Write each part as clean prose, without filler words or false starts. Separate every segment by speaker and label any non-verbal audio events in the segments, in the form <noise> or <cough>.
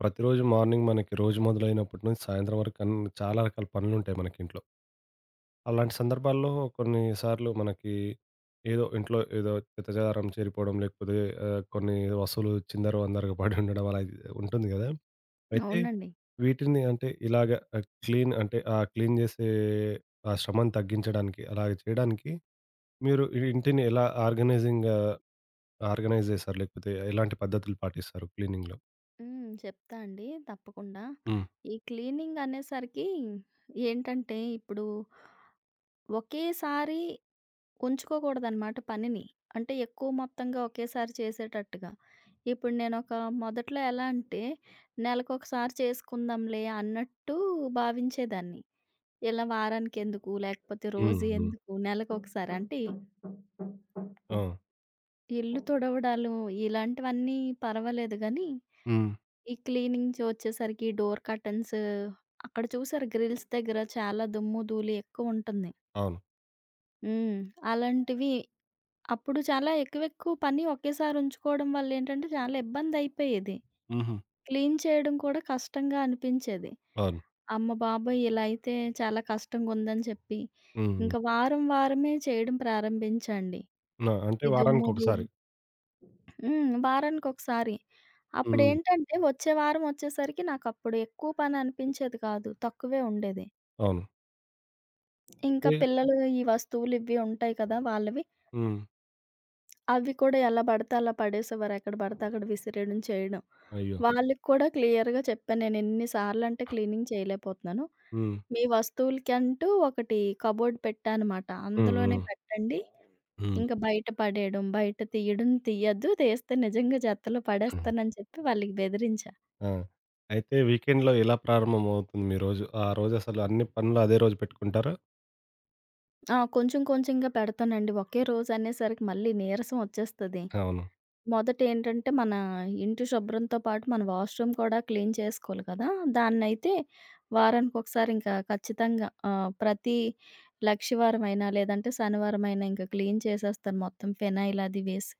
Speaker 1: ప్రతిరోజు మార్నింగ్ మనకి రోజు మొదలైనప్పటి నుంచి సాయంత్రం వరకు అన్ని చాలా రకాల పనులుంటాయి మనకి ఇంట్లో. అలాంటి సందర్భాల్లో కొన్నిసార్లు మనకి ఏదో ఇంట్లో ఏదో చెత్తాచెదారం చేరిపోవడం, లేకపోతే కొన్ని వస్తువులు చిందరవందరగా పడి ఉండడం అలా ఉంటుంది గదా! అయితే
Speaker 2: అవునండి.
Speaker 1: వీటిని అంటే ఇలాగ క్లీన్ అంటే ఆ క్లీన్ చేసే ఆ శ్రమను తగ్గించడానికి అలాగ చేయడానికి మీరు ఈ ఇంటిని ఎలా ఆర్గనైజింగ్‌గా ఆర్గనైజ్ చేస్తారు? లేకపోతే ఎలాంటి పద్ధతులు పాటిస్తారు క్లీనింగ్‌లో?
Speaker 2: హ్మ్. చెప్తా అండి తప్పకుండా.
Speaker 1: హ్మ్.
Speaker 2: ఈ క్లీనింగ్ అనేసరికి ఏంటంటే, ఇప్పుడు ఒకేసారి ఉంచుకోకూడదనమాట పనిని. అంటే ఎక్కువ మొత్తంగా ఒకేసారి చేసేటట్టుగా. ఇప్పుడు మొదట్లో ఎలా అంటే, నెలకొకసారి చేసుకుందాంలే అన్నట్టు భావించేదాన్ని. ఇలా వారానికెందుకు, లేకపోతే
Speaker 1: హ్మ్.
Speaker 2: రోజు
Speaker 1: హ్మ్.
Speaker 2: ఎందుకు, నెలకొకసారి అంటే
Speaker 1: ఆ!
Speaker 2: ఇల్లు తుడవడాలు ఇలాంటివన్నీ పర్వాలేదు గానీ
Speaker 1: హ్మ్.
Speaker 2: ఈ క్లీనింగ్స్ వచ్చేసరికి డోర్ కర్టెన్స్ అక్కడ చూసారు గ్రిల్స్ దగ్గర చాలా దుమ్ము, ధూళి ఎక్కువుంటుంది.
Speaker 1: అవును.
Speaker 2: హ్మ్. అలాంటివి అప్పుడు చాలా ఎక్కువెక్కువ పని ఒకేసారి ఉంచుకోవడం వల్లేంటంటే చాలా ఇబ్బందయిపోయేది.
Speaker 1: హుహు.
Speaker 2: క్లీన్ చేయడం కూడా కష్టంగా అనిపించేది.
Speaker 1: అవును.
Speaker 2: అమ్మ బాబోయ్! ఇలా అయితే చాలా కష్టంగుందని చెప్పి,
Speaker 1: హ్మ్. హ్మ్.
Speaker 2: ఇంక వారం వారమే చేయడం ప్రారంభించండి.
Speaker 1: నా అంటే
Speaker 2: ఈ దుమ్ము, ధూళి
Speaker 1: వారానికొకసారి.
Speaker 2: హ్మ్. వారానికొకసారి.
Speaker 1: హ్మ్.
Speaker 2: అప్పుడేంటంటే, వచ్చే వారం ఒచ్చేసరికి నాకప్పుడు ఎక్కువ పని అనిపించేది కాదు. తక్కువే ఉండేది.
Speaker 1: అవును.
Speaker 2: ఇంకా
Speaker 1: అయితే
Speaker 2: పిల్లలు ఈ వస్తువులు ఇవి ఉంటాయి కదా! వాళ్ళవి.
Speaker 1: హ్మ్.
Speaker 2: అవి కూడా ఎలా పడితే అలా పడేసేవారు. ఎక్కడ పడితే అక్కడ విసిరేయడం, చేయడం.
Speaker 1: అయ్యో!
Speaker 2: వాళ్ళకి కూడా క్లియర్‌గా చెప్పాను. నేను ఎన్ని సార్లంటే క్లీనింగ్ చేయలేకపోతున్నాను.
Speaker 1: హ్మ్.
Speaker 2: మీ వస్తువులకంటూ ఒకటి కబోర్డ్ పెట్టా అనమాట.
Speaker 1: హ్మ్.
Speaker 2: అందులోనే
Speaker 1: హ్మ్.
Speaker 2: పెట్టండి.
Speaker 1: హ్మ్.
Speaker 2: ఇంక బయట పడేయడం, బయట తీయడం తీయద్దు. తీస్తే నిజంగా చెత్తలో
Speaker 1: హ్మ్.
Speaker 2: పడేస్తానని చెప్పి వాళ్ళకి బెదిరించా.
Speaker 1: ఆ! అయితే వీకెండ్‌లో ఎలా ప్రారంభమవుతుంది మీ రోజు? ఆ రోజసలు అన్ని పనులు అదే రోజు పెట్టుకుంటారా?
Speaker 2: ఆ! కొంచెం కొంచెంగా పెడతానండి. ఒకే రోజనేసరికి మళ్ళీ నీరసం ఒచ్చేస్తది.
Speaker 1: అవును.
Speaker 2: మొదటేంటంటే, మన ఇంటి శుభ్రంతో పాటు మన వాష్‌రూమ్ కూడా క్లీన్ చేసుకోవాలి కదా! దాన్నైతే వారానికొకసారి ఇంకా ఖచ్చితంగా ప్రతి లక్షవారమైనా, లేదంటే శనివారమైనా ఇంకా క్లీన్ చేసేస్తాను మొత్తం ఫెనైల్ అది వేసి.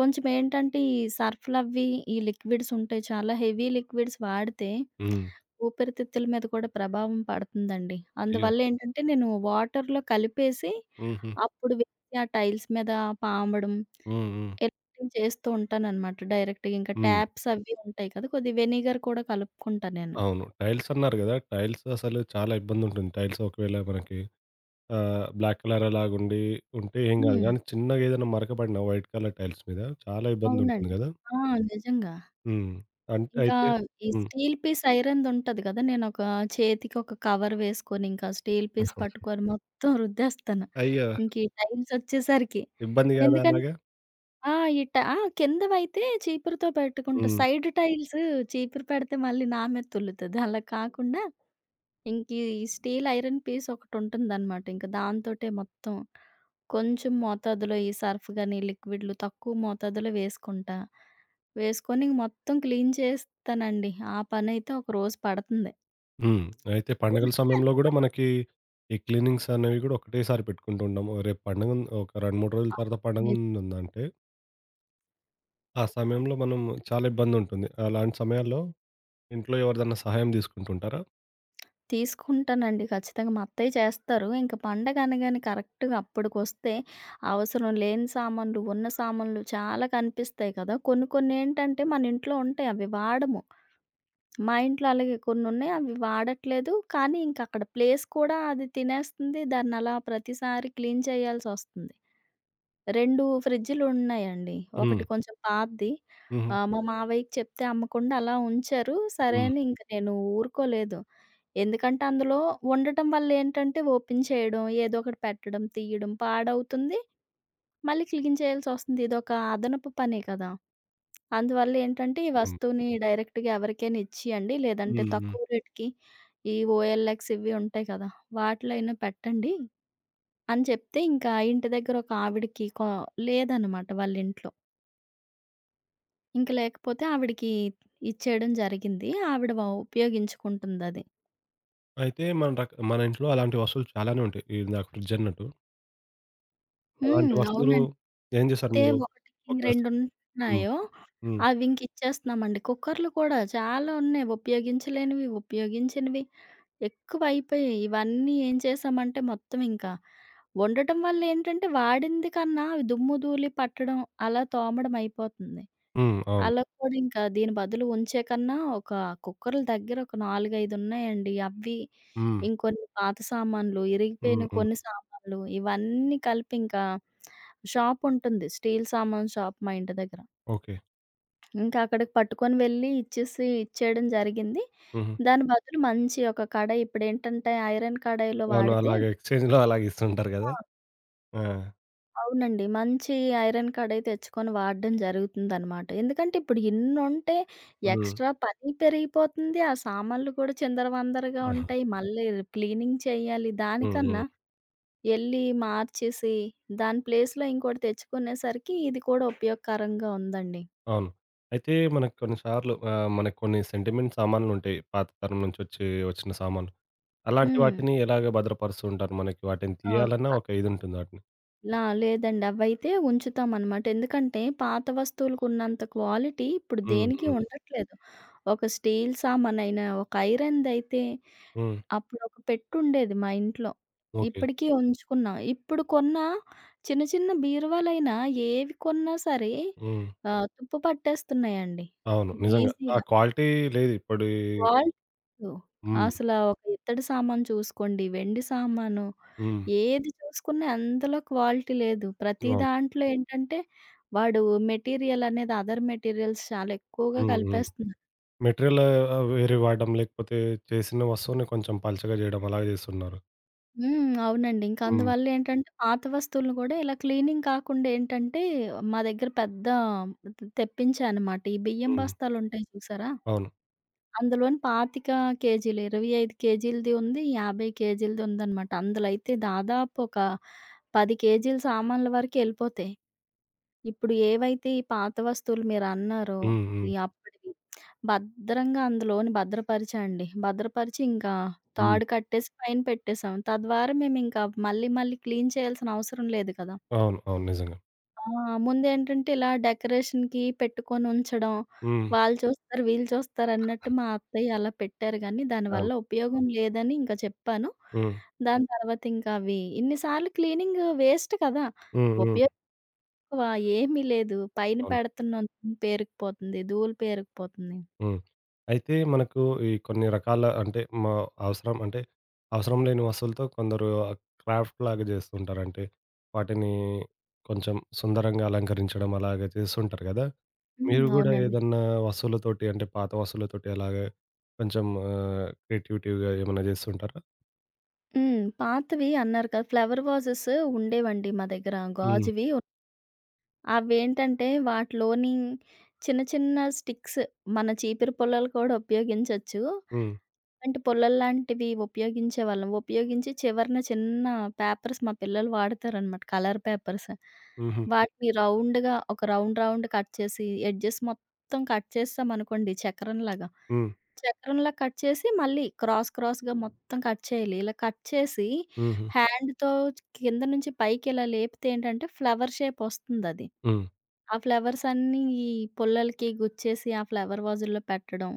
Speaker 2: కొంచెమేంటంటే, ఈ సర్ఫ్‌లవి, ఈ లిక్విడ్స్ ఉంటాయి. చాలా హెవీ లిక్విడ్స్ వాడితే
Speaker 1: హ్మ్.
Speaker 2: ఊపిరితిత్తుల మీద కూడా ప్రభావం పడుతుందండి.
Speaker 1: అయ్యో!
Speaker 2: అందువల్లేంటంటే, నేను వాటర్‌లో కలిపేసి
Speaker 1: హుహు.
Speaker 2: అప్పుడు వేసి ఆ టైల్స్ మీద పామడం
Speaker 1: హ్మ్. హ్మ్.
Speaker 2: ఎడిటింగ్ చేస్తూ ఉంటాననమాట డైరెక్ట్‌గా. ఇంకా
Speaker 1: హ్మ్.
Speaker 2: ట్యాబ్స్ అవి ఉంటాయి కదా! కొద్దిగా వెనిగర్ కూడా కలుపుకుంటా నేను.
Speaker 1: అవును. టైల్స్ అన్నారు గదా! టైల్స్ అసలు చాలా ఇబ్బందుంటుంది. టైల్స్ ఒకవేళ మనకి బ్లాక్ కలర్ అలాగుండి ఉంటే ఏం గాదు.
Speaker 2: హ్మ్.
Speaker 1: గానీ చిన్నగా ఏదైనా మరక పడిన వైట్ కలర్ టైల్స్ మీద చాలా ఇబ్బందుంటుంది
Speaker 2: అవునండి.
Speaker 1: గదా!
Speaker 2: ఆ! నిజంగా.
Speaker 1: హ్మ్. అంటే
Speaker 2: ఇంకా
Speaker 1: అయితే
Speaker 2: ఈ
Speaker 1: హ్మ్.
Speaker 2: స్టీల్ పీస్ ఐరన్‌దుంటది కదా! నేనొక చేతికి ఒక కవర్ వేసుకొని, ఇంకా స్టీల్ పీస్ పట్టుకొని మొత్తం రుద్దేస్తాను.
Speaker 1: అయ్యో!
Speaker 2: ఇంక ఈ టైల్సొచ్చేసరికి.
Speaker 1: ఇబ్బంది కాదా
Speaker 2: ఎందుకంటే
Speaker 1: అలాగా?
Speaker 2: ఆ! ఈ ట ఆ! కిందవైతే చీపురుతో పెట్టుకుంటా.
Speaker 1: హ్మ్.
Speaker 2: సైడ్ టైల్స్ చీపురు పెడితే మళ్ళీ నా మీద తుల్లుతది. అలా కాకుండా ఇంక ఈ స్టీల్ ఐరన్ పీస్ ఒకటుంటుందనమాట. ఇంక దాంతోటే మొత్తం కొంచెం మోతాదులో ఈ సర్ఫ్ గాని, లిక్విడ్‌లు తక్కువ మోతాదులో వేసుకుంటా. వేసుకొని ఇంక మొత్తం క్లీన్ చేస్తానండి. ఆ పనైతే ఒక రోజు పడతంది.
Speaker 1: హ్మ్. అయితే పండగల
Speaker 2: రోజంటే
Speaker 1: సమయంలో గూడా
Speaker 2: అలా
Speaker 1: మనకి ఈ క్లీనింగ్స్ అనేవి గూడా ఒకటేసారి పెట్టుకుంటూ ఉంటాము. రేపు పండగుంది. ఒక 2, 3 రోజుల
Speaker 2: ఆ!
Speaker 1: తర్వాత
Speaker 2: అవును.
Speaker 1: పండగుందంటే, ఆ సమయంలో మనం చాలా ఇబ్బందుంటుంది. అలాంటి సమయాల్లో ఇంట్లో ఎవరిదన్నా సహాయం తీసుకుంటుంటారా?
Speaker 2: తీసుకుంటానండి ఖచ్చితంగా. మా అత్తయ్య చేస్తారు. ఇంక పండగ అనగానే కరెక్ట్‌గా అప్పడికొస్తే అవసరం లేని సామాన్లు, ఉన్న సామాన్లు చాలా కనిపిస్తాయి కదా! కొన్ని కొన్నేంటంటే మన ఇంట్లో ఉంటాయి అవి వాడము. మా ఇంట్లో అలాగే కొన్నున్నాయి. అవి వాడట్లేదు. కానీ ఇంకక్కడ ప్లేస్ కూడా అది తినేస్తుంది. దాన్నలా ప్రతిసారి క్లీన్ చేయాల్సొస్తుంది. 2 ఫ్రిడ్జులున్నాయండి. ఒకటి
Speaker 1: హ్మ్.
Speaker 2: కొంచెం పాతది.
Speaker 1: హుహు.
Speaker 2: మా మావయ్యకి చెప్తే అమ్మకుండా అలా ఉంచారు. సరే
Speaker 1: హ్మ్.
Speaker 2: అని ఇంక నేను ఊరుకోలేదు. ఎందుకంటే అందులో ఉండటం వల్లేంటంటే ఓపెన్ చేయడం, ఏదో ఒకటి పెట్టడం, తీయడం పాడవుతుంది. మళ్ళీ క్లీన్ చేయాల్సొస్తుంది. ఇదొక అదనపు పనే కదా! అందువల్ల ఏంటంటే, ఈ
Speaker 1: హ్మ్.
Speaker 2: వస్తువుని డైరెక్ట్‌గా ఎవరికైనా ఇచ్చియండి.
Speaker 1: హ్మ్.
Speaker 2: లేదంటే
Speaker 1: హ్మ్.
Speaker 2: తక్కువ రేట్‌కి ఈ ఓఎల్ఎక్స్ ఇవి ఉంటాయి కదా! వాటిలో అయినా పెట్టండి అని చెప్తే, ఇంకా ఇంటి దగ్గర ఒక ఆవిడకి లేదనమాట వాళ్ళ ఇంట్లో. ఇంక లేకపోతే ఆవిడకి ఇచ్చేయడం జరిగింది. ఆవిడ ఉపయోగించుకుంటుందది.
Speaker 1: అయితే మన ఇంట్లో అలాంటి వస్తువులు చాలానే ఉంటాయి. ఇందాక ఫ్రిడ్జ్ అన్నట్టు.
Speaker 2: హ్మ్.
Speaker 1: అలాంటి వస్తువులు
Speaker 2: అవునండి.
Speaker 1: ఏం చేశారు
Speaker 2: అయితే
Speaker 1: మీరు?
Speaker 2: ఒకటికి
Speaker 1: ఒక హ్మ్.
Speaker 2: రెండున్నాయో
Speaker 1: హ్మ్.
Speaker 2: అవి ఇంక ఇచ్చేస్తున్నామండి. కుక్కర్‌లు కూడా చాలా ఉన్నాయి. ఉపయోగించలేనివి, ఉపయోగించినవి. ఎక్కువైపోయాయి. ఇవన్నీ ఏం చేశామంటే మొత్తం ఇంకా వండటం వల్ల ఏంటంటే వాడింది కన్నా అవి దుమ్ము, ధూళి పట్టడం అలా తోమడం అయిపోతుంది.
Speaker 1: హ్మ్. అవును.
Speaker 2: అలా కూడా ఇంకా దీని బదులు ఉంచే కన్నా ఒక కుక్కర్‌ల దగ్గర ఒక 4, 5 ఉన్నాయండి. అవి
Speaker 1: హ్మ్.
Speaker 2: ఇంకొన్ని పాత సామాన్లు, ఇరిగిపోయిన
Speaker 1: హ్మ్. హ్మ్.
Speaker 2: కొన్ని సామాన్లు ఇవన్నీ కలిపి ఇంకా షాపుంటుంది. స్టీల్ సామాను షాప్ మా ఇంటి దగ్గర.
Speaker 1: ఓకే.
Speaker 2: ఇంకా అక్కడికి పట్టుకొని వెళ్ళి ఇచ్చేసి ఇచ్చేయడం జరిగింది.
Speaker 1: హుహు.
Speaker 2: దాని బదులు మంచి ఒక కడాయి ఇప్పుడేంటంటే ఐరన్ కడాయిలో
Speaker 1: అవును.
Speaker 2: వాడితే
Speaker 1: అలాగే ఎక్స్‌చేంజ్‌లో అలాగే ఇస్తుంటారు
Speaker 2: ఆ!
Speaker 1: గదా! ఆ!
Speaker 2: అవునండి. మంచి ఐరన్ కడాయి తెచ్చుకొని వాడడం జరుగుతుందనమాట. ఎందుకంటే ఇప్పుడు ఇన్నుంటే
Speaker 1: హ్మ్.
Speaker 2: ఎక్స్‌ట్రా పని పెరిగిపోతుంది. ఆ సామాన్లు కూడా చిందరవందరగా ఉంటాయి. మళ్ళీ క్లీనింగ్ చేయాలి.
Speaker 1: హ్మ్.
Speaker 2: దానికన్నా
Speaker 1: హ్మ్.
Speaker 2: ఎళ్లి మార్చేసి దాని ప్లేస్‌లో ఇంకోటి తెచ్చుకునేసరికి ఇది కూడా ఉపయోగకరంగా ఉందండి.
Speaker 1: అవును. అయితే మనకు కొన్ని సార్లు మనకు కొన్ని సెంటిమెంట్ సామాన్లుంటాయి. పాత తరం నుంచి వచ్చి వచ్చిన సామాన్లు. అలాంటి
Speaker 2: హ్మ్.
Speaker 1: వాటిని ఎలాగ భద్రపరుస్తూ ఉంటారు? మనకి వాటిని
Speaker 2: ఆ!
Speaker 1: తీయాలన్నా ఒక ఇదుంటుంది వాటిని.
Speaker 2: లా లేదండి. అవైతే ఉంచుతామనమాట. ఎందుకంటే పాత వస్తువులకున్నంత క్వాలిటీ ఇప్పుడు
Speaker 1: హ్మ్.
Speaker 2: దేనికి
Speaker 1: హ్మ్.
Speaker 2: ఉండట్లేదు. ఒక స్టీల్ సామానైనా, ఒక ఐరన్‌దైతే
Speaker 1: హ్మ్.
Speaker 2: అప్పుడొక పెట్టుండేది మా ఇంట్లో.
Speaker 1: ఓకే.
Speaker 2: ఇప్పటికీ ఉంచుకున్నాం. ఇప్పుడు కొన్న చిన్న చిన్న బీరువాలైనా ఏవి కొన్నా సరే
Speaker 1: హ్మ్.
Speaker 2: తుప్పు పట్టేస్తున్నాయండి.
Speaker 1: అవును. నిజంగా. ఆ
Speaker 2: ఈజీగా.
Speaker 1: క్వాలిటీ లేదు ఇప్పుడీ
Speaker 2: ఫాల్ట్
Speaker 1: హ్మ్.
Speaker 2: అసలా ఒక ఇత్తడి సామాను చూసుకోండి, వెండి సామాను
Speaker 1: హ్మ్.
Speaker 2: ఏది చూసుకున్నా అందులో క్వాలిటీ లేదు. ప్రతి
Speaker 1: అవును.
Speaker 2: దాంట్లో ఏంటంటే, వాడు మెటీరియల్ అనేది అదర్ మెటీరియల్స్ చాలా ఎక్కువగా
Speaker 1: హ్మ్. హ్మ్.
Speaker 2: కలిపేస్తున్నారు.
Speaker 1: మెటీరియల్ వేరే వాడడం లేకపోతే చేసిన వస్తువుని కొంచెం పలచగా జేయడం అలాగే జేస్తున్నారు.
Speaker 2: హ్మ్. అవునండి. ఇంక
Speaker 1: హ్మ్.
Speaker 2: అందువల్ల ఏంటంటే, పాత వస్తువులను గూడా ఇలా క్లీనింగ్ కాకుండా ఏంటంటే, మా దగ్గర పెద్ద తెప్పించా అనమాట. ఈ బియ్యం
Speaker 1: హ్మ్.
Speaker 2: బస్తాలుంటాయి చూసారా?
Speaker 1: అవును.
Speaker 2: అందులోని 25 కేజీలు, 25 కేజీలది ఉంది, 50 కేజీలది ఉందనమాట. అందులో అయితే దాదాపు ఒక 10 కేజీల సామాన్ల వరకు ఎళ్ళిపోతాయి. ఇప్పుడు ఏవైతే ఈ పాత వస్తువులు మీరన్నారో,
Speaker 1: హ్మ్. హ్మ్.
Speaker 2: ఈ అప్పటివి భద్రంగా అందులోని భద్రపరిచాండి. భద్రపరిచి ఇంకా
Speaker 1: హ్మ్.
Speaker 2: తాడు కట్టేసి పైన పెట్టేసాం. తద్వారా మేమింకా మళ్ళీ మళ్ళీ క్లీన్ చేయాల్సిన అవసరం లేదు కదా!
Speaker 1: అవును. అవును. నిజంగా.
Speaker 2: ఆ! ముందేంటంటే ఇలా డెకరేషన్‌కి పెట్టుకొనుంచడం.
Speaker 1: హ్మ్.
Speaker 2: వాళ్ళు చూస్తారు, వీళ్ళు చూస్తారు అన్నట్టు మా అత్తయ్య అలా పెట్టారు గానీ, దానివల్ల
Speaker 1: అవును.
Speaker 2: ఉపయోగం లేదని ఇంకా చెప్పాను.
Speaker 1: హ్మ్.
Speaker 2: దాని తర్వాత ఇంకా అవి ఇన్ని సార్లు క్లీనింగ్ వేస్ట్ కదా!
Speaker 1: హ్మ్. హ్మ్.
Speaker 2: ఉపయోగం ఎక్కువ ఏమీ లేదు. పైన
Speaker 1: అవును.
Speaker 2: పెడుతున్నాం పేరుకుపోతుంది. ధూళి పేరుకుపోతుంది.
Speaker 1: హ్మ్. అయితే మనకు ఈ కొన్ని రకాల అంటే మా అవసరం అంటే అవసరం లేని వస్తువులతో కొందరు క్రాఫ్ట్ లాగా చేస్తుంటారు. అంటే వాటిని కొంచెం సుందరంగా అలంకరించడం అలాగా చేస్తుంటారు కదా!
Speaker 2: హ్మ్.
Speaker 1: మీరు గూడా
Speaker 2: అవునండి.
Speaker 1: ఏదన్నా వస్తువులతోటి అంటే పాత వస్తువులతోటి అలాగా కొంచెం క్రియేటివిటీ‌గా ఏమన్నా చేస్తుంటారా?
Speaker 2: హ్మ్. పాతవి అన్నారు కదా! ఫ్లవర్ వాజెస్ ఉండేవండి మా దగ్గర
Speaker 1: హ్మ్.
Speaker 2: గాజువి అవేంటంటే వాటిలోని చిన్న చిన్న స్టిక్స్ మన చీపురు పుల్లలు కూడా ఉపయోగించొచ్చు.
Speaker 1: హ్మ్.
Speaker 2: అంటే పుల్లల్లాంటివి ఉపయోగించేవాళ్ళం. ఉపయోగించి చివరన చిన్న పేపర్స్ మా పిల్లలు వాడతారనమాట కలర్ పేపర్స్.
Speaker 1: హుహు.
Speaker 2: వాటిని రౌండ్‌గా ఒక రౌండ్ రౌండ్ కట్ చేసి ఎడ్జెస్ మొత్తం కట్ చేసామనుకోండి చక్రంలాగా.
Speaker 1: హ్మ్.
Speaker 2: చక్రంలా కట్ చేసి మళ్ళీ క్రాస్ క్రాస్‌గా మొత్తం కట్ చేయాలి. ఇలా కట్ చేసి
Speaker 1: హుహు.
Speaker 2: హ్యాండ్‌తో కింద నుంచి పైకి ఇలా లేపితే ఏంటంటే ఫ్లవర్ షేప్ వస్తుందది.
Speaker 1: హ్మ్.
Speaker 2: ఆ ఫ్లవర్స్ అన్నీ ఈ పుల్లలకి గుచ్చేసి ఆ ఫ్లవర్ వాజుల్లో పెట్టడం.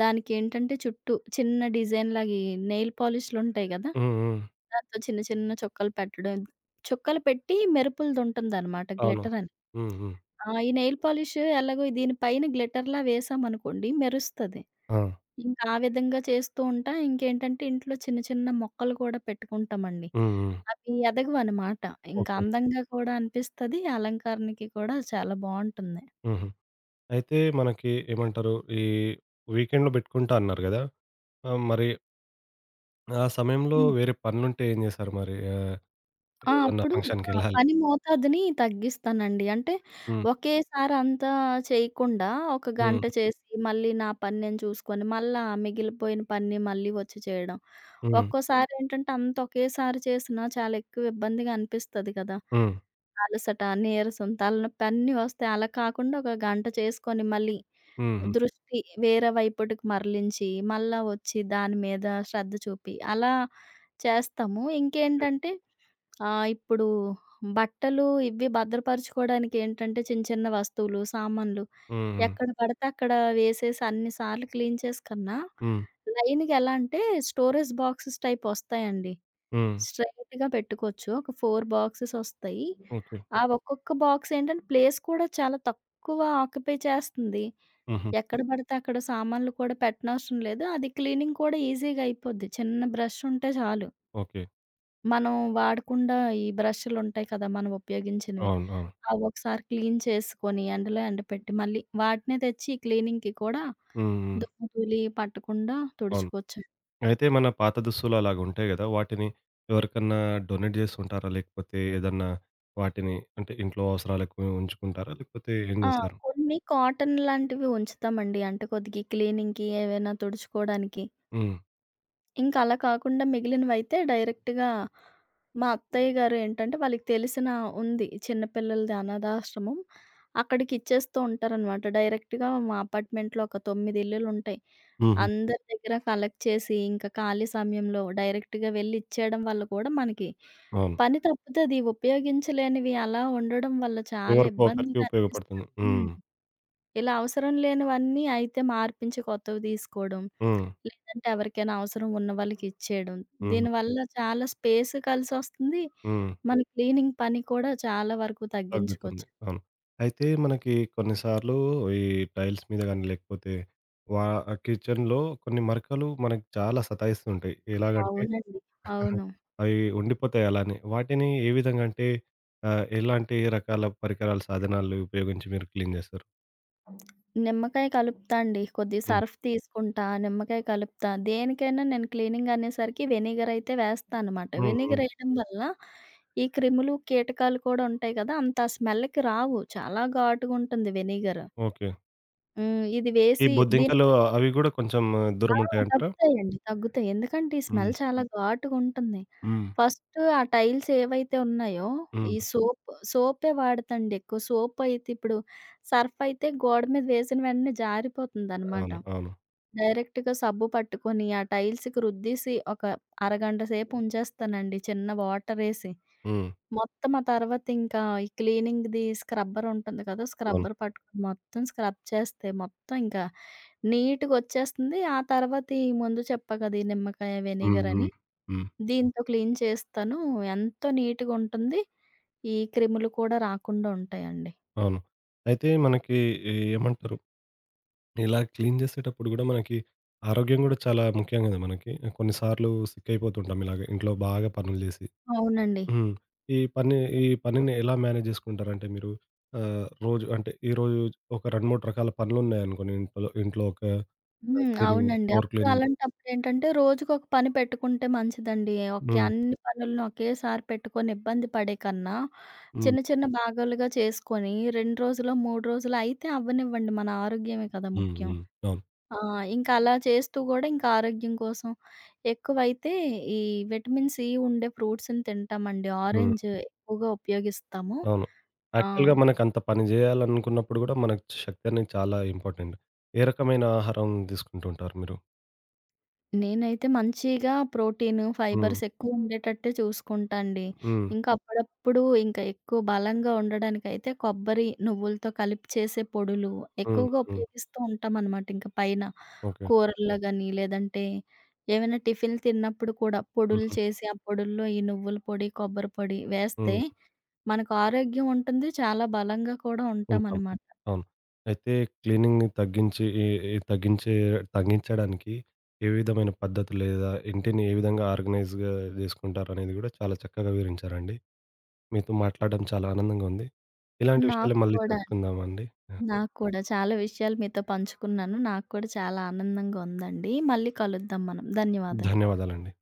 Speaker 2: దానికేంటంటే చుట్టూ చిన్న డిజైన్‌లాగా ఈ నెయిల్ పాలిష్‌లుంటాయి గదా!
Speaker 1: హ్మ్. హ్మ్.
Speaker 2: దాంతో చిన్న చిన్న చుక్కలు పెట్టడం. చుక్కలు పెట్టి మెరుపులదుంటుందనమాట
Speaker 1: అవును.
Speaker 2: గ్లిటరని.
Speaker 1: హ్మ్. హ్మ్.
Speaker 2: ఆ! ఈ నెయిల్ పాలిష్ ఎలాగో దీని పైన గ్లిటర్‌లా వేసామనుకోండి మెరుస్తది.
Speaker 1: ఆ!
Speaker 2: ఇంకా ఆ విధంగా చేస్తూ ఉంటా. ఇంకేంటంటే ఇంట్లో చిన్న చిన్న మొక్కలు కూడా పెట్టుకుంటామండి.
Speaker 1: హ్మ్. హ్మ్.
Speaker 2: అవి ఎదగవనమాట. ఇంకా
Speaker 1: ఓకే.
Speaker 2: అందంగా కూడా అనిపిస్తది. అలంకరణకి కూడా చాలా బావుంటుంది.
Speaker 1: హుహు. అయితే మనకి ఏమంటారు? ఈ వీకెండ్‌లో బెట్టుకుంటా అన్నారు గదా! మరి ఆ సమయంలో
Speaker 2: హ్మ్.
Speaker 1: వేరే పనులుంటే ఏం జేశారు మరి?
Speaker 2: ఆ!
Speaker 1: ఏదన్నా
Speaker 2: అప్పుడు
Speaker 1: ఫంక్షన్‌కెళ్ళాలి.
Speaker 2: పని మోతాదుని తగ్గిస్తానండి. అంటే
Speaker 1: హ్మ్.
Speaker 2: ఒకేసారి అంతా చేయకుండా ఒక గంట
Speaker 1: హ్మ్.
Speaker 2: చేసి, మళ్ళీ నా పని నేను చూసుకొని, మళ్ళా మిగిలిపోయిన పని మళ్ళీ వచ్చి చేయడం.
Speaker 1: హ్మ్.
Speaker 2: ఒక్కోసారి ఏంటంటే అంత ఒకేసారి చేసినా చాలా ఎక్కువ ఇబ్బందిగా అనిపిస్తది కదా!
Speaker 1: హ్మ్.
Speaker 2: అలసట, నీరసం, తలనొప్పి అన్నీ వస్తాయి. అలా కాకుండా ఒక గంట చేసుకొని మళ్ళీ
Speaker 1: హుహు.
Speaker 2: దృష్టి వేరే వైపుటికి మరలించి, మళ్ళా వచ్చి దాని మీద శ్రద్ధ చూపి అలా చేస్తాము. ఇంకేంటంటే ఆ! ఇప్పుడు బట్టలు ఇవి భద్రపరుచుకోవడానికి ఏంటంటే చిన్న చిన్న వస్తువులు, సామాన్లు
Speaker 1: హ్మ్.
Speaker 2: ఎక్కడ పడితే అక్కడ వేసేసి అన్ని సార్లు క్లీన్ చేసి కన్నా
Speaker 1: హ్మ్.
Speaker 2: లైన్‌గా ఎలా అంటే స్టోరేజ్ బాక్సెస్ టైప్ వస్తాయండి.
Speaker 1: హ్మ్.
Speaker 2: స్ట్రెయిట్‌గా పెట్టుకోవచ్చు. ఒక 4 బాక్సెస్ వస్తాయి.
Speaker 1: ఓకే.
Speaker 2: ఆ ఒక్కొక్క బాక్స్ ఏంటంటే ప్లేస్ కూడా చాలా తక్కువ ఆక్యుపై చేస్తుంది.
Speaker 1: హుహు.
Speaker 2: ఎక్కడ పడితే అక్కడ సామాన్లు కూడా పెట్టనవసరం లేదు. అది క్లీనింగ్ కూడా ఈజీగా అయిపోద్ది. చిన్న బ్రష్ ఉంటే చాలు.
Speaker 1: ఓకే.
Speaker 2: మనం వాడకుండా ఈ బ్రష్‌లుంటాయి కదా! మనం ఉపయోగించినవి.
Speaker 1: అవును. అవును.
Speaker 2: అవొకసారి క్లీన్ చేసుకొని ఎండలో ఎండపెట్టి మళ్ళీ వాటినే తెచ్చి క్లీనింగ్‌కి కూడా
Speaker 1: హ్మ్. హ్మ్.
Speaker 2: దుమ్ము ధూళి పట్టకుండా
Speaker 1: అవును.
Speaker 2: తుడుచుకోవచ్చు.
Speaker 1: అయితే మన పాత దుస్తులు అలాగుంటాయి గదా! వాటిని ఎవరికన్నా డొనేట్ జేస్తుంటారా? లేకపోతే ఏదన్నా వాటిని అంటే ఇంట్లో అవసరాలకు ఉంచుకుంటారా? లేకపోతే ఏం
Speaker 2: ఆ!
Speaker 1: జేస్తారు?
Speaker 2: కొన్ని కాటన్ లాంటివి ఉంచుతామండి. అంటే కొద్దిగా ఈ క్లీనింగ్‌కి ఏవైనా తుడుచుకోవడానికి.
Speaker 1: హ్మ్.
Speaker 2: ఇంకా అలా కాకుండా మిగిలినవైతే డైరెక్ట్‌గా మా అత్తయ్య గారు ఏంటంటే వాళ్ళకి తెలిసిన ఉంది చిన్న పిల్లలది అనాథాశ్రమం. అక్కడికిచ్చేస్తూ ఉంటారనమాట. డైరెక్ట్‌గా మా అపార్ట్మెంట్‌లో ఒక 9 ఇల్లులుంటాయి.
Speaker 1: హుహు.
Speaker 2: అందరి దగ్గర కలెక్ట్ చేసి, ఇంకా ఖాళీ సమయంలో డైరెక్ట్‌గా వెళ్లి ఇచ్చేయడం వల్ల కూడా మనకి
Speaker 1: అవును.
Speaker 2: పని తప్పుతది. ఉపయోగించలేనివి అలా ఉండడం వల్ల చాలా
Speaker 1: ఎవరికో ఒకరికి
Speaker 2: ఇబ్బందిగా
Speaker 1: ఉపయోగపడుతుంది.
Speaker 2: అనిపిస్తది.
Speaker 1: హ్మ్.
Speaker 2: హ్మ్. ఇలా అవసరం లేనివన్నీ అయితే మార్పించి కొత్తవి తీసుకోవడం,
Speaker 1: హ్మ్.
Speaker 2: లేదంటే ఎవరికైనా అవసరం ఉన్న వాళ్ళకి ఇచ్చేయడం.
Speaker 1: హుహు.
Speaker 2: దీనివల్ల చాలా స్పేస్ కలిసొస్తుంది.
Speaker 1: హ్మ్.
Speaker 2: మన క్లీనింగ్ పని కూడా చాలా వరకు
Speaker 1: తగ్గుతుంది.
Speaker 2: తగ్గించుకోవచ్చు.
Speaker 1: అవును. అయితే మనకి కొన్నిసార్లు ఈ టైల్స్ మీద గాని, లేకపోతే వా కిచెన్‌లో కొన్ని మరకలు మనకి చాలా సతాయిస్తుంటాయి. ఎలాగంటే
Speaker 2: అవునండి.
Speaker 1: <laughs>
Speaker 2: అవును.
Speaker 1: అవి ఉండిపోతాయి అలానే. వాటిని ఏ విధంగా అంటే ఎలాంటి రకాల పరికరాలు, సాధనాలు ఉపయోగించి మీరు క్లీన్ చేస్తారు?
Speaker 2: నిమ్మకాయ కలుపుతా అండి. కొద్దిగా
Speaker 1: హ్మ్.
Speaker 2: సర్ఫ్ తీసుకుంటా, నిమ్మకాయ కలుపుతా. దేనికైనా నేను క్లీనింగ్ అనేసరికి వెనిగర్ అయితే వేస్తా అనమాట.
Speaker 1: హ్మ్.
Speaker 2: వెనిగర్
Speaker 1: హ్మ్.
Speaker 2: ఎయడం వల్ల ఈ క్రిములు, కీటకాలు కూడా ఉంటాయి కదా! అంత ఆ స్మెల్‌కి రావు. చాలా ఘాటుగుంటుంది వెనిగర్.
Speaker 1: ఓకే.
Speaker 2: హ్మ్. ఇది
Speaker 1: ఈ
Speaker 2: వేసి దీనికి
Speaker 1: బొద్దింకలు అవి గూడా కొంచెం
Speaker 2: ఆ!
Speaker 1: దూరం ఉంటాయంటారా?
Speaker 2: తగ్గుతాయండి. తగ్గుతాయి. ఎందుకంటే ఈ స్మెల్
Speaker 1: హ్మ్.
Speaker 2: చాలా ఘాటుగుంటుంది.
Speaker 1: హ్మ్.
Speaker 2: ఫస్ట్ ఆ టైల్స్ ఏవైతే ఉన్నాయో, ఈ
Speaker 1: హ్మ్.
Speaker 2: సోపే వాడతాండి ఎక్కువ. సోప్ అయితే ఇప్పుడు సర్ఫ్ అయితే గోడ మీద వేసిన వెంటనే జారిపోతుందనమాట.
Speaker 1: అవును. అవును.
Speaker 2: డైరెక్ట్‌గా సబ్బు పట్టుకొని, ఆ టైల్స్‌కి రుద్దేసి ఒక అరగంట సేపు ఉంచేస్తానండి చిన్న వాటరేసి.
Speaker 1: హ్మ్.
Speaker 2: మొత్తం ఆ తర్వాత ఇంకా ఈ క్లీనింగ్‌ది స్క్రబ్బర్ ఉంటుంది కదా!
Speaker 1: అవును.
Speaker 2: స్క్రబ్బర్ పట్టుకొని మొత్తం స్క్రబ్ చేస్తే మొత్తం ఇంకా నీట్‌గొచ్చేస్తుంది. ఆ తర్వాత ఈ ముందు చెప్పా కదా! ఈ నిమ్మకాయ
Speaker 1: హ్మ్.
Speaker 2: వెనిగర్ అని,
Speaker 1: హ్మ్. హ్మ్.
Speaker 2: దీంతో క్లీన్ చేస్తాను. ఎంతో నీట్‌గుంటుంది. ఈ క్రిములు కూడా రాకుండా ఉంటాయండి.
Speaker 1: అవును. అయితే మనకి ఏమంటారు? ఇలా క్లీన్ చేసేటప్పుడు గూడా మనకి ఆరోగ్యం గూడా చాలా ముఖ్యం గదా! మనకి. కొన్ని సార్లు సిక్ అయిపోతుంటాం ఇలాగ ఇంట్లో బాగా పనులు జేసి.
Speaker 2: అవునండి.
Speaker 1: హ్మ్. ఈ పని ఈ పనిని ఎలా మేనేజ్ జేసుకుంటారంటే మీరు? రోజు అంటే ఈరోజు ఒక 2, 3 రకాల పనులున్నాయనుకోండి ఇంట్లో ఇంట్లో ఒక
Speaker 2: హ్మ్.
Speaker 1: క్లీనింగ్,
Speaker 2: అవునండి.
Speaker 1: ఫ్లోర్
Speaker 2: అప్పుడు
Speaker 1: క్లీనింగ్.
Speaker 2: అలాంటప్పుడేంటంటే రోజుకొక పని పెట్టుకుంటే మంచిదండి. ఓకే.
Speaker 1: హ్మ్.
Speaker 2: అన్ని పనులను ఒకేసారి పెట్టుకొని ఇబ్బంది పడే కన్నా,
Speaker 1: హ్మ్.
Speaker 2: చిన్న చిన్న భాగాలుగా చేసుకొని 2 రోజులో, 3 రోజులో అయితే అవ్వనివ్వండి. మన ఆరోగ్యమే కదా
Speaker 1: హ్మ్.
Speaker 2: ముఖ్యం.
Speaker 1: హ్మ్. అవును.
Speaker 2: ఆ! ఇంకా అలా చేస్తూ గూడా ఇంకా ఆరోగ్యం కోసం ఎక్కువైతే ఈ విటమిన్ సి ఉండే ఫ్రూట్స్‌ని తింటామండి.
Speaker 1: హ్మ్.
Speaker 2: ఆరెంజ్ ఎక్కువగా ఉపయోగిస్తాము.
Speaker 1: అవును.
Speaker 2: ఆ!
Speaker 1: యాక్చువల్‌గా మనకంత పని జేయాలనుకున్నప్పుడు గూడా మనకు శక్తి అనేది చాలా ఇంపార్టెంట్. ఏ రకమైన ఆహారం తీసుకుంటూ ఉంటారు మీరు?
Speaker 2: నేనైతే మంచిగా ప్రోటీను,
Speaker 1: హ్మ్.
Speaker 2: ఫైబర్స్ ఎక్కువ ఉండేటట్టే చూసుకుంటా అండి.
Speaker 1: హ్మ్.
Speaker 2: ఇంకా అప్పుడప్పుడు ఇంకా ఎక్కువ బలంగా ఉండడానికైతే కొబ్బరి, నువ్వులతో కలిపి చేసే పొడులు
Speaker 1: హ్మ్.
Speaker 2: ఎక్కువగా
Speaker 1: హ్మ్.
Speaker 2: ఉపయోగిస్తూ ఉంటామనమాట. ఇంక పైన
Speaker 1: ఓకే.
Speaker 2: కూరల్లో గాని, లేదంటే ఏమైనా టిఫిన్‌లు తిన్నప్పుడు కూడా పొడులు
Speaker 1: హుహు.
Speaker 2: చేసి, ఆ పొడుల్లో ఈ నువ్వుల పొడి, కొబ్బరి పొడి వేస్తే
Speaker 1: హ్మ్.
Speaker 2: మనకు ఆరోగ్యం ఉంటుంది. చాలా బలంగా కూడా
Speaker 1: ఉంటాం.
Speaker 2: ఉంటామనమాట.
Speaker 1: అవును. అయితే క్లీనింగ్‌ని తగ్గించి ఈ ఈ తగ్గించే తగ్గించడానికి ఏ విధమైన పద్ధతులు లేదా ఇంటిని ఏ విధంగా ఆర్గనైజ్‌గా జేసుకుంటారనేది గూడా చాలా చక్కగా వివరించారండి. మీతో మాట్లాడడం చాలా ఆనందంగా ఉంది. ఇలాంటి విషయాలు
Speaker 2: నాకు
Speaker 1: మళ్ళీ
Speaker 2: కూడా
Speaker 1: చర్చించుకుందామండి.
Speaker 2: నాకు కూడా. చాలా విషయాలు మీతో పంచుకున్నాను. నాకు కూడా చాలా ఆనందంగా ఉందండి. మళ్ళీ కలుద్దాం మనం. ధన్యవాదాలు.
Speaker 1: ధన్యవాదాలండి.